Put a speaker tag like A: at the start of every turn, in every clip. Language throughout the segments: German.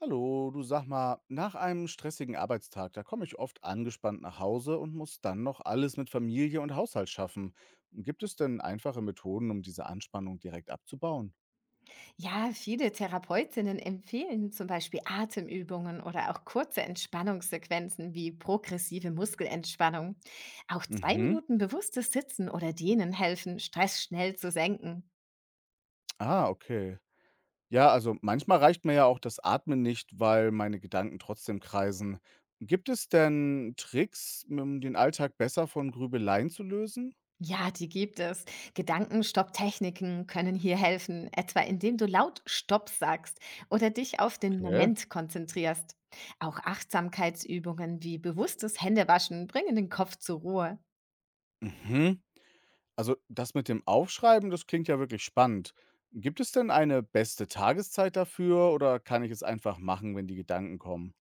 A: Hallo, du, sag mal, nach einem stressigen Arbeitstag, da komme ich oft angespannt nach Hause und muss dann noch alles mit Familie und Haushalt schaffen. Gibt es denn einfache Methoden, um diese Anspannung direkt abzubauen?
B: Ja, viele Therapeutinnen empfehlen zum Beispiel Atemübungen oder auch kurze Entspannungssequenzen wie progressive Muskelentspannung. Auch zwei
A: Mhm.
B: Minuten bewusstes Sitzen oder Dehnen helfen, Stress schnell zu senken.
A: Ah, okay. Ja, also manchmal reicht mir ja auch das Atmen nicht, weil meine Gedanken trotzdem kreisen. Gibt es denn Tricks, um den Alltag besser von Grübeleien zu lösen?
B: Ja, die gibt es. Gedankenstopptechniken können hier helfen, etwa indem du laut Stopp sagst oder dich auf den
A: Okay.
B: Moment konzentrierst. Auch Achtsamkeitsübungen wie bewusstes Händewaschen bringen den Kopf zur Ruhe.
A: Mhm. Also, das mit dem Aufschreiben, das klingt ja wirklich spannend. Gibt es denn eine beste Tageszeit dafür oder kann ich es einfach machen, wenn die Gedanken kommen?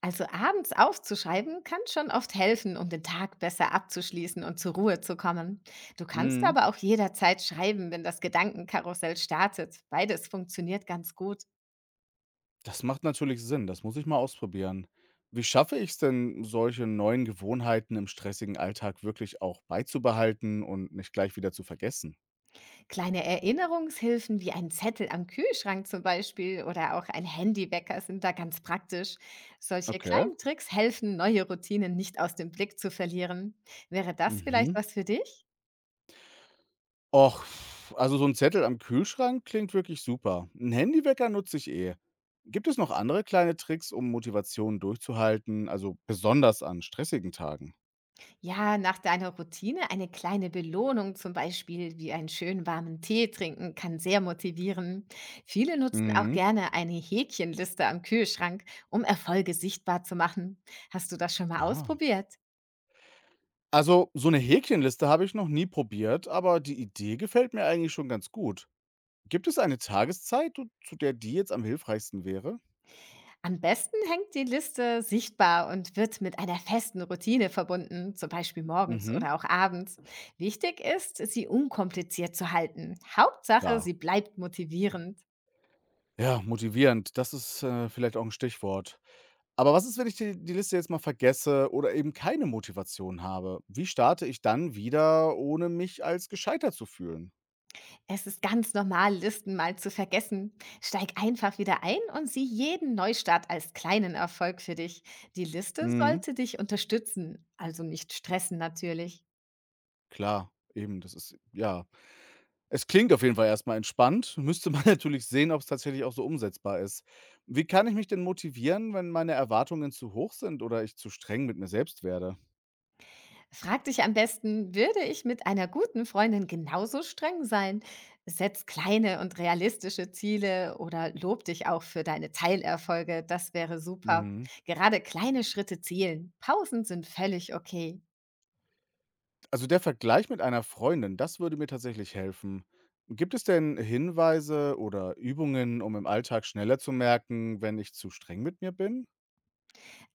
B: Also abends aufzuschreiben kann schon oft helfen, um den Tag besser abzuschließen und zur Ruhe zu kommen. Du kannst
A: Mhm,
B: aber auch jederzeit schreiben, wenn das Gedankenkarussell startet. Beides funktioniert ganz gut.
A: das macht natürlich Sinn, das muss ich mal ausprobieren. Wie schaffe ich es denn, solche neuen Gewohnheiten im stressigen Alltag wirklich auch beizubehalten und nicht gleich wieder zu vergessen?
B: Kleine Erinnerungshilfen wie ein Zettel am Kühlschrank zum Beispiel oder auch ein Handywecker sind da ganz praktisch. Solche
A: Okay.
B: kleinen Tricks helfen, neue Routinen nicht aus dem Blick zu verlieren. Wäre das vielleicht
A: Mhm.
B: was für dich?
A: Och, also so ein Zettel am Kühlschrank klingt wirklich super. Ein Handywecker nutze ich eh. Gibt es noch andere kleine Tricks, um Motivation durchzuhalten, also besonders an stressigen Tagen?
B: Ja, nach deiner Routine eine kleine Belohnung, zum Beispiel wie einen schönen warmen Tee trinken, kann sehr motivieren. Viele nutzen auch
A: Mhm.
B: gerne eine Häkchenliste am Kühlschrank, um Erfolge sichtbar zu machen. Hast du das schon mal
A: Ah.
B: ausprobiert?
A: Also, so eine Häkchenliste habe ich noch nie probiert, aber die Idee gefällt mir eigentlich schon ganz gut. Gibt es eine Tageszeit, du zu der die jetzt am hilfreichsten wäre?
B: Am besten hängt die Liste sichtbar und wird mit einer festen Routine verbunden, zum Beispiel morgens
A: Mhm,
B: oder auch abends. Wichtig ist, sie unkompliziert zu halten. Hauptsache,
A: ja.
B: sie bleibt motivierend.
A: Ja, motivierend, das ist, vielleicht auch ein Stichwort. Aber was ist, wenn ich die Liste jetzt mal vergesse oder eben keine Motivation habe? Wie starte ich dann wieder, ohne mich als gescheitert zu fühlen?
B: Es ist ganz normal, Listen mal zu vergessen. Steig einfach wieder ein und sieh jeden Neustart als kleinen Erfolg für dich. Die Liste
A: Mhm,
B: sollte dich unterstützen, also nicht stressen natürlich.
A: klar, eben, das ist ja, es klingt auf jeden Fall erstmal entspannt, müsste man natürlich sehen, ob es tatsächlich auch so umsetzbar ist. Wie kann ich mich denn motivieren, wenn meine Erwartungen zu hoch sind oder ich zu streng mit mir selbst werde?
B: Frag dich am besten, würde ich mit einer guten Freundin genauso streng sein? Setz kleine und realistische Ziele oder lob dich auch für deine Teilerfolge. Das wäre super.
A: Mhm.
B: Gerade kleine Schritte zählen. Pausen sind völlig okay.
A: Also der Vergleich mit einer Freundin, das würde mir tatsächlich helfen. Gibt es denn Hinweise oder Übungen, um im Alltag schneller zu merken, wenn ich zu streng mit mir bin?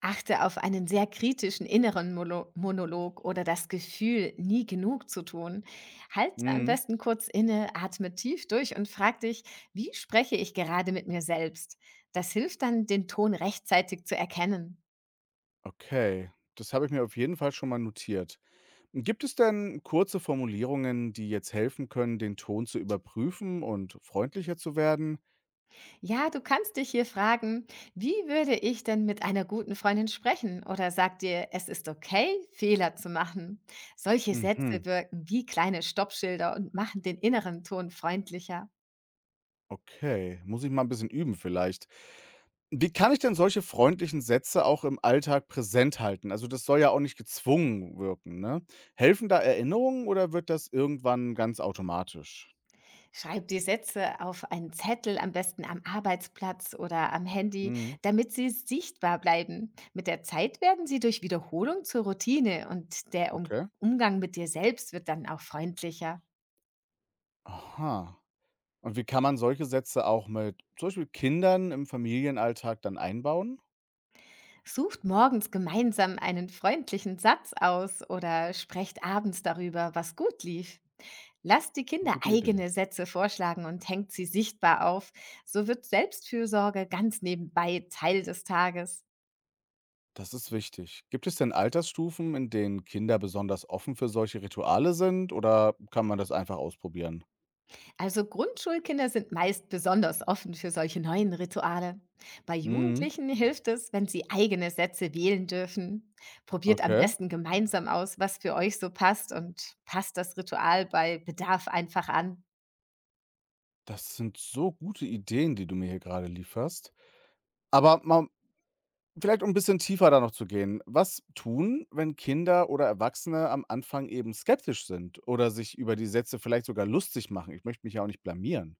B: Achte auf einen sehr kritischen inneren Molo Monolog oder das Gefühl, nie genug zu tun. Halte am
A: Mhm.
B: besten kurz inne, atme tief durch und frag dich, wie spreche ich gerade mit mir selbst? Das hilft dann, den Ton rechtzeitig zu erkennen.
A: Okay, das habe ich mir auf jeden Fall schon mal notiert. Gibt es denn kurze Formulierungen, die jetzt helfen können, den Ton zu überprüfen und freundlicher zu werden?
B: Ja, du kannst dich hier fragen, wie würde ich denn mit einer guten Freundin sprechen? Oder sag dir, es ist okay, Fehler zu machen. Solche
A: Mhm.
B: Sätze wirken wie kleine Stoppschilder und machen den inneren Ton freundlicher.
A: Okay, muss ich mal ein bisschen üben vielleicht. Wie kann ich denn solche freundlichen Sätze auch im Alltag präsent halten? Also, das soll ja auch nicht gezwungen wirken, ne? Helfen da Erinnerungen oder wird das irgendwann ganz automatisch?
B: Schreib die Sätze auf einen Zettel, am besten am Arbeitsplatz oder am Handy,
A: Mhm,
B: damit sie sichtbar bleiben. Mit der Zeit werden sie durch Wiederholung zur Routine und der um
A: okay.
B: Umgang mit dir selbst wird dann auch freundlicher.
A: Aha. Und wie kann man solche Sätze auch mit zum Beispiel Kindern im Familienalltag dann einbauen?
B: Sucht morgens gemeinsam einen freundlichen Satz aus oder sprecht abends darüber, was gut lief. Lasst die
A: Eine
B: Kinder
A: gute Idee.
B: eigene Sätze vorschlagen und hängt sie sichtbar auf. So wird Selbstfürsorge ganz nebenbei Teil des Tages.
A: Das ist wichtig. Gibt es denn Altersstufen, in denen Kinder besonders offen für solche Rituale sind oder kann man das einfach ausprobieren?
B: Also Grundschulkinder sind meist besonders offen für solche neuen Rituale. Bei
A: Mhm,
B: Jugendlichen hilft es, wenn sie eigene Sätze wählen dürfen. Probiert am
A: okay.
B: besten gemeinsam aus, was für euch so passt, und passt das Ritual bei Bedarf einfach an.
A: Das sind so gute Ideen, die du mir hier gerade lieferst. Aber mal vielleicht um ein bisschen tiefer da noch zu gehen. Was tun, wenn Kinder oder Erwachsene am Anfang eben skeptisch sind oder sich über die Sätze vielleicht sogar lustig machen? Ich möchte mich ja auch nicht blamieren.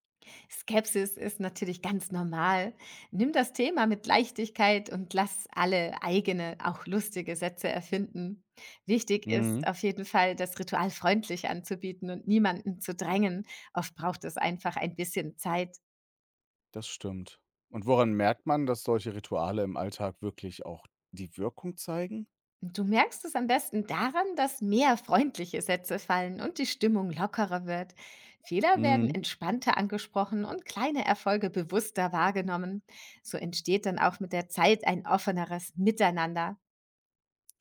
B: Skepsis ist natürlich ganz normal. Nimm das Thema mit Leichtigkeit und lass alle eigene, auch lustige Sätze erfinden. Wichtig ist
A: Mhm,
B: auf jeden Fall, das Ritual freundlich anzubieten und niemanden zu drängen. Oft braucht es einfach ein bisschen Zeit.
A: das stimmt. Und woran merkt man, dass solche Rituale im Alltag wirklich auch die Wirkung zeigen?
B: Und du merkst es am besten daran, dass mehr freundliche Sätze fallen und die Stimmung lockerer wird. Fehler werden
A: Mhm.
B: entspannter angesprochen und kleine Erfolge bewusster wahrgenommen. So entsteht dann auch mit der Zeit ein offeneres Miteinander.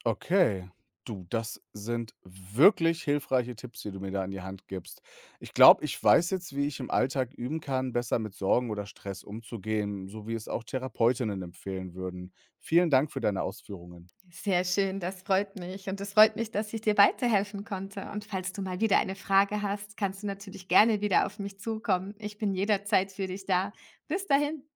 A: Okay, du, das sind wirklich hilfreiche Tipps, die du mir da in die Hand gibst. Ich glaube, ich weiß jetzt, wie ich im Alltag üben kann, besser mit Sorgen oder Stress umzugehen, so wie es auch Therapeutinnen empfehlen würden. Vielen Dank für deine Ausführungen.
B: Sehr schön, das freut mich, und es freut mich, dass ich dir weiterhelfen konnte. Und falls du mal wieder eine Frage hast, kannst du natürlich gerne wieder auf mich zukommen. Ich bin jederzeit für dich da. Bis dahin.